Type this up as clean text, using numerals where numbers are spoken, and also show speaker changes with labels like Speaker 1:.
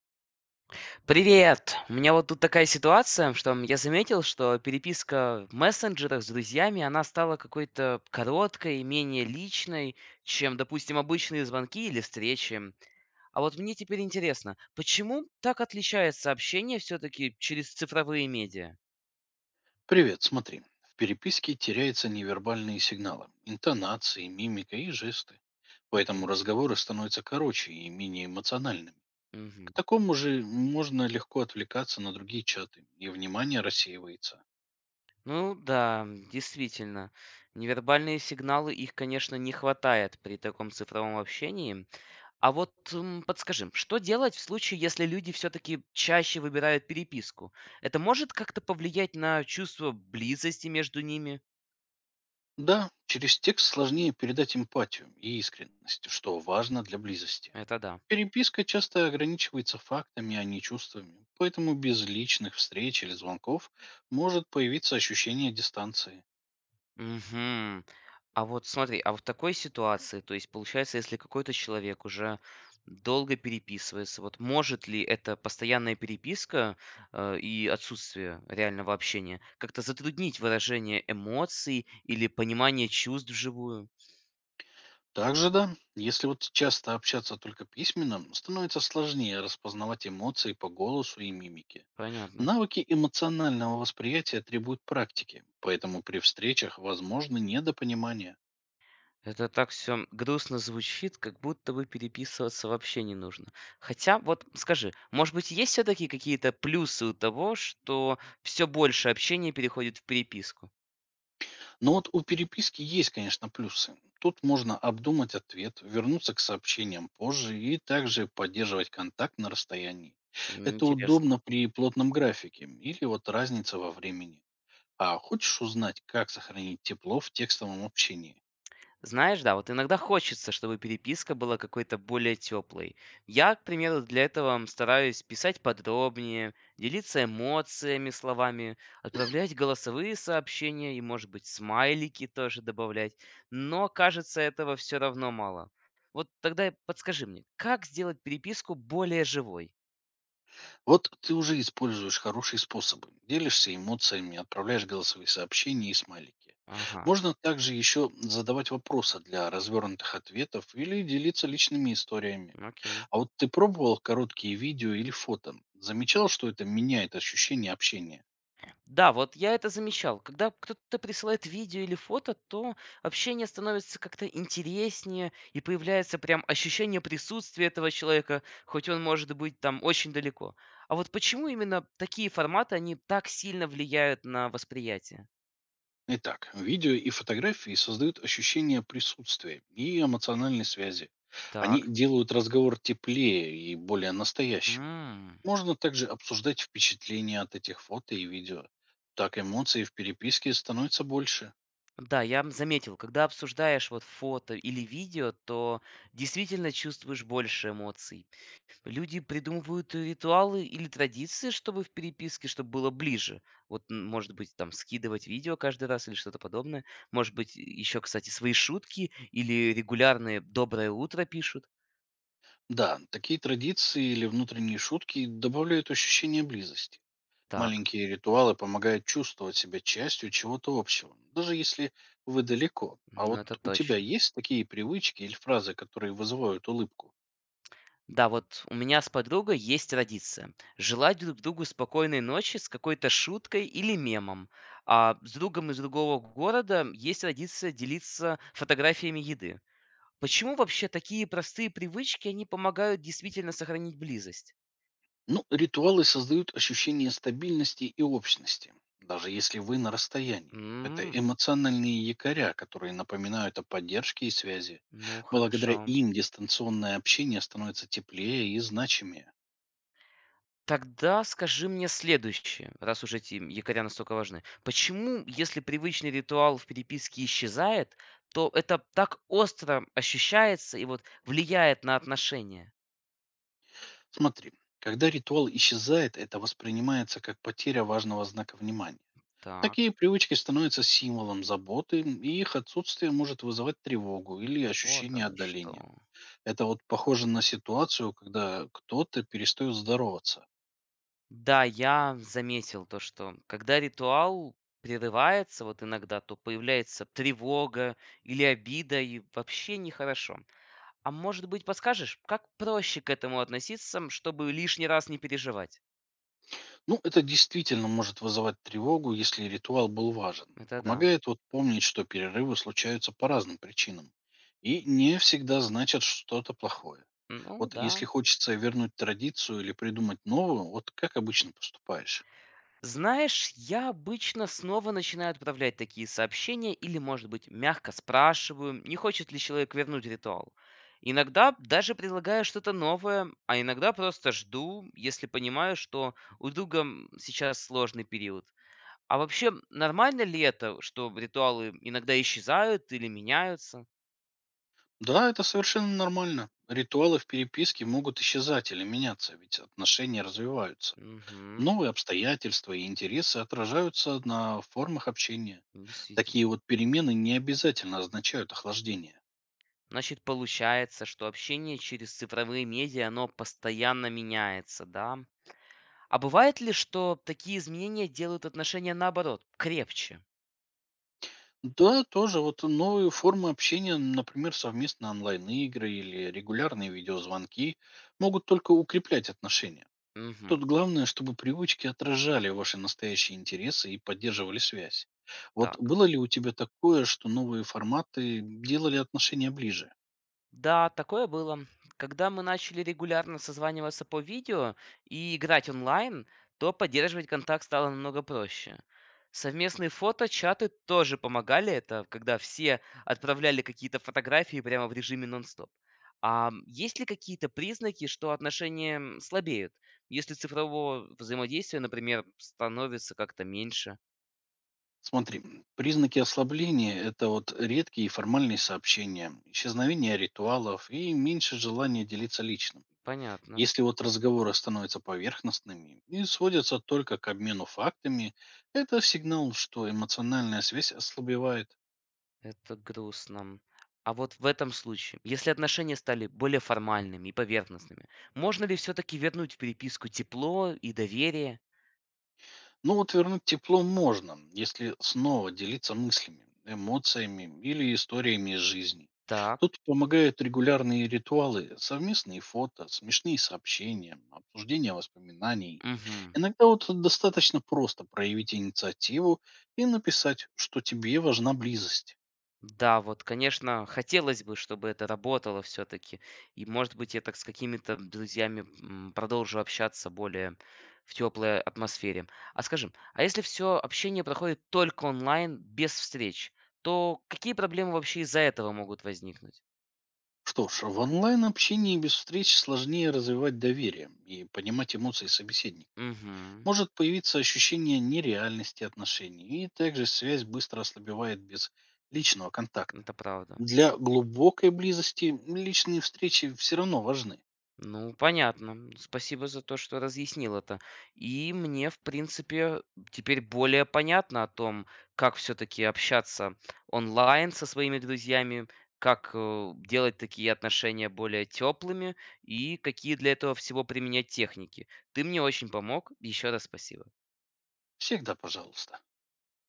Speaker 1: Привет! У меня вот тут такая ситуация, что я заметил, что переписка в мессенджерах с друзьями, она стала какой-то короткой, менее личной, чем, допустим, обычные звонки или встречи. А вот мне теперь интересно, почему так отличается общение все-таки через цифровые медиа?
Speaker 2: Привет, смотри. В переписке теряются невербальные сигналы, интонации, мимика и жесты. Поэтому
Speaker 1: Окей.
Speaker 2: разговоры становятся короче и менее эмоциональными. К
Speaker 1: Мгм.
Speaker 2: такому же можно легко отвлекаться на другие чаты, и внимание рассеивается.
Speaker 1: Ну да, действительно. Невербальные сигналы, их, конечно, не хватает при таком цифровом общении. А вот, подскажи, что делать в случае, если люди все-таки чаще выбирают переписку? Это может как-то повлиять на чувство близости между ними?
Speaker 2: Да, через текст сложнее передать эмпатию и искренность, что важно для близости.
Speaker 1: Это да.
Speaker 2: Переписка часто ограничивается фактами, а не чувствами, поэтому без личных встреч или звонков может появиться ощущение дистанции.
Speaker 1: Мгм. А вот смотри, а в такой ситуации, то есть получается, если какой-то человек уже долго переписывается, вот может ли эта постоянная переписка и отсутствие реального общения как-то затруднить выражение эмоций или понимание чувств вживую?
Speaker 2: Также да, если вот часто общаться только письменно, становится сложнее распознавать эмоции по голосу и мимике.
Speaker 1: Понятно.
Speaker 2: Навыки эмоционального восприятия требуют практики, поэтому при встречах возможны недопонимания.
Speaker 1: Это так все грустно звучит, как будто бы переписываться вообще не нужно. Хотя, вот скажи, может быть, есть все-таки какие-то плюсы у того, что все больше общения переходит в переписку?
Speaker 2: Но вот у переписки есть, конечно, плюсы. Тут можно обдумать ответ, вернуться к сообщениям позже и также поддерживать контакт на расстоянии. Это
Speaker 1: Интересно.
Speaker 2: удобно при плотном графике или вот разница во времени. А хочешь узнать, как сохранить тепло в текстовом общении?
Speaker 1: Знаешь, да, вот иногда хочется, чтобы переписка была какой-то более теплой. Я, к примеру, для этого стараюсь писать подробнее, делиться эмоциями, словами, отправлять голосовые сообщения и, может быть, смайлики тоже добавлять. Но, кажется, этого все равно мало. Вот тогда подскажи мне, как сделать переписку более живой?
Speaker 2: Вот ты уже используешь хорошие способы. Делишься эмоциями, отправляешь голосовые сообщения и смайлики.
Speaker 1: Ага,
Speaker 2: Можно также еще задавать вопросы для развернутых ответов или делиться личными историями.
Speaker 1: окей.
Speaker 2: А вот ты пробовал короткие видео или фото? Замечал, что это меняет ощущение общения?
Speaker 1: Да, вот я это замечал. Когда кто-то присылает видео или фото, то общение становится как-то интереснее, и появляется прям ощущение присутствия этого человека, хоть он может быть там очень далеко. А вот почему именно такие форматы, они так сильно влияют на восприятие?
Speaker 2: Итак, видео и фотографии создают ощущение присутствия и эмоциональной связи. Они
Speaker 1: Так.
Speaker 2: делают разговор теплее и более настоящим.
Speaker 1: М.
Speaker 2: Можно также обсуждать впечатления от этих фото и видео. Так эмоций в переписке становится больше.
Speaker 1: Да, я заметил, когда обсуждаешь вот фото или видео, то действительно чувствуешь больше эмоций. Люди придумывают ритуалы или традиции, чтобы в переписке, чтобы было ближе. Вот, может быть, там скидывать видео каждый раз или что-то подобное. Может быть, еще, кстати, свои шутки или регулярные «доброе утро» пишут.
Speaker 2: Да, такие традиции или внутренние шутки добавляют ощущение близости.
Speaker 1: Так,
Speaker 2: Маленькие ритуалы помогают чувствовать себя частью чего-то общего, даже если вы далеко. А
Speaker 1: ну
Speaker 2: вот
Speaker 1: это
Speaker 2: у тебя
Speaker 1: точно.
Speaker 2: есть такие привычки или фразы, которые вызывают улыбку?
Speaker 1: Да, вот у меня с подругой есть традиция. Желать друг другу спокойной ночи с какой-то шуткой или мемом. А с другом из другого города есть традиция делиться фотографиями еды. Почему вообще такие простые привычки, они помогают действительно сохранить близость?
Speaker 2: Ну, ритуалы создают ощущение стабильности и общности, даже если вы на расстоянии. Это
Speaker 1: М,
Speaker 2: эмоциональные якоря, которые напоминают о поддержке и связи.
Speaker 1: ну
Speaker 2: Благодаря
Speaker 1: хорошо.
Speaker 2: им дистанционное общение становится теплее и значимее.
Speaker 1: Тогда скажи мне следующее, раз уж эти якоря настолько важны. Почему, если привычный ритуал в переписке исчезает, то это так остро ощущается и вот влияет на отношения?
Speaker 2: Смотри, когда ритуал исчезает, это воспринимается как потеря важного знака внимания.
Speaker 1: Так,
Speaker 2: Такие привычки становятся символом заботы, и их отсутствие может вызывать тревогу или
Speaker 1: а вот
Speaker 2: ощущение
Speaker 1: оно что.
Speaker 2: отдаления. Это вот похоже на ситуацию, когда кто-то перестает здороваться.
Speaker 1: Да, я заметил то, что когда ритуал прерывается вот иногда, то появляется тревога или обида, и вообще нехорошо. А может быть, подскажешь, как проще к этому относиться, чтобы лишний раз не переживать?
Speaker 2: Ну, это действительно может вызывать тревогу, если ритуал был важен.
Speaker 1: Это да.
Speaker 2: Помогает вот помнить, что перерывы случаются по разным причинам. И не всегда значат что-то плохое.
Speaker 1: Ну
Speaker 2: Вот
Speaker 1: да,
Speaker 2: если хочется вернуть традицию или придумать новую, вот как обычно поступаешь?
Speaker 1: знаешь, я обычно снова начинаю отправлять такие сообщения или, может быть, мягко спрашиваю, не хочет ли человек вернуть ритуал. Иногда даже предлагаю что-то новое, а иногда просто жду, если понимаю, что у друга сейчас сложный период. А вообще, нормально ли это, что ритуалы иногда исчезают или меняются?
Speaker 2: Да, это совершенно нормально. Ритуалы в переписке могут исчезать или меняться, ведь отношения развиваются.
Speaker 1: Угу,
Speaker 2: Новые обстоятельства и интересы отражаются на формах общения.
Speaker 1: действительно.
Speaker 2: Такие вот перемены не обязательно означают охлаждение.
Speaker 1: Значит, получается, что общение через цифровые медиа, оно постоянно меняется, да? А бывает ли, что такие изменения делают отношения наоборот, крепче?
Speaker 2: Да, тоже вот новые формы общения, например, совместные онлайн-игры или регулярные видеозвонки могут только укреплять отношения.
Speaker 1: Мгм.
Speaker 2: Тут главное, чтобы привычки отражали ваши настоящие интересы и поддерживали связь. Вот
Speaker 1: Так.
Speaker 2: было ли у тебя такое, что новые форматы делали отношения ближе?
Speaker 1: Да, такое было. Когда мы начали регулярно созваниваться по видео и играть онлайн, то поддерживать контакт стало намного проще. Совместные фото, чаты тоже помогали это, когда все отправляли какие-то фотографии прямо в режиме нон-стоп. А есть ли какие-то признаки, что отношения слабеют, если цифрового взаимодействия, например, становится как-то меньше?
Speaker 2: Смотри, признаки ослабления– это вот редкие формальные сообщения, исчезновение ритуалов и меньше желания делиться личным.
Speaker 1: Понятно,
Speaker 2: Если вот разговоры становятся поверхностными и сводятся только к обмену фактами, это сигнал, что эмоциональная связь ослабевает.
Speaker 1: это грустно. А вот в этом случае, если отношения стали более формальными и поверхностными, можно ли все-таки вернуть в переписку тепло и доверие?
Speaker 2: Ну вот вернуть тепло можно, если снова делиться мыслями, эмоциями или историями из жизни.
Speaker 1: Так,
Speaker 2: Тут помогают регулярные ритуалы, совместные фото, смешные сообщения, обсуждение воспоминаний.
Speaker 1: мгм.
Speaker 2: Иногда вот достаточно просто проявить инициативу и написать, что тебе важна близость.
Speaker 1: Да, вот, конечно, хотелось бы, чтобы это работало все-таки. И, может быть, я так с какими-то друзьями продолжу общаться более в теплой атмосфере. А скажи, а если все общение проходит только онлайн, без встреч, то какие проблемы вообще из-за этого могут возникнуть?
Speaker 2: Что ж, в онлайн-общении без встреч сложнее развивать доверие и понимать эмоции собеседника.
Speaker 1: Угу.
Speaker 2: Может появиться ощущение нереальности отношений, и также связь быстро ослабевает без личного контакта.
Speaker 1: Это правда.
Speaker 2: Для глубокой близости личные встречи все равно важны.
Speaker 1: Ну, понятно. Спасибо за то, что разъяснил это. И мне, в принципе, теперь более понятно о том, как все-таки общаться онлайн со своими друзьями, как делать такие отношения более теплыми и какие для этого всего применять техники. Ты мне очень помог. Еще раз спасибо.
Speaker 2: Всегда, пожалуйста.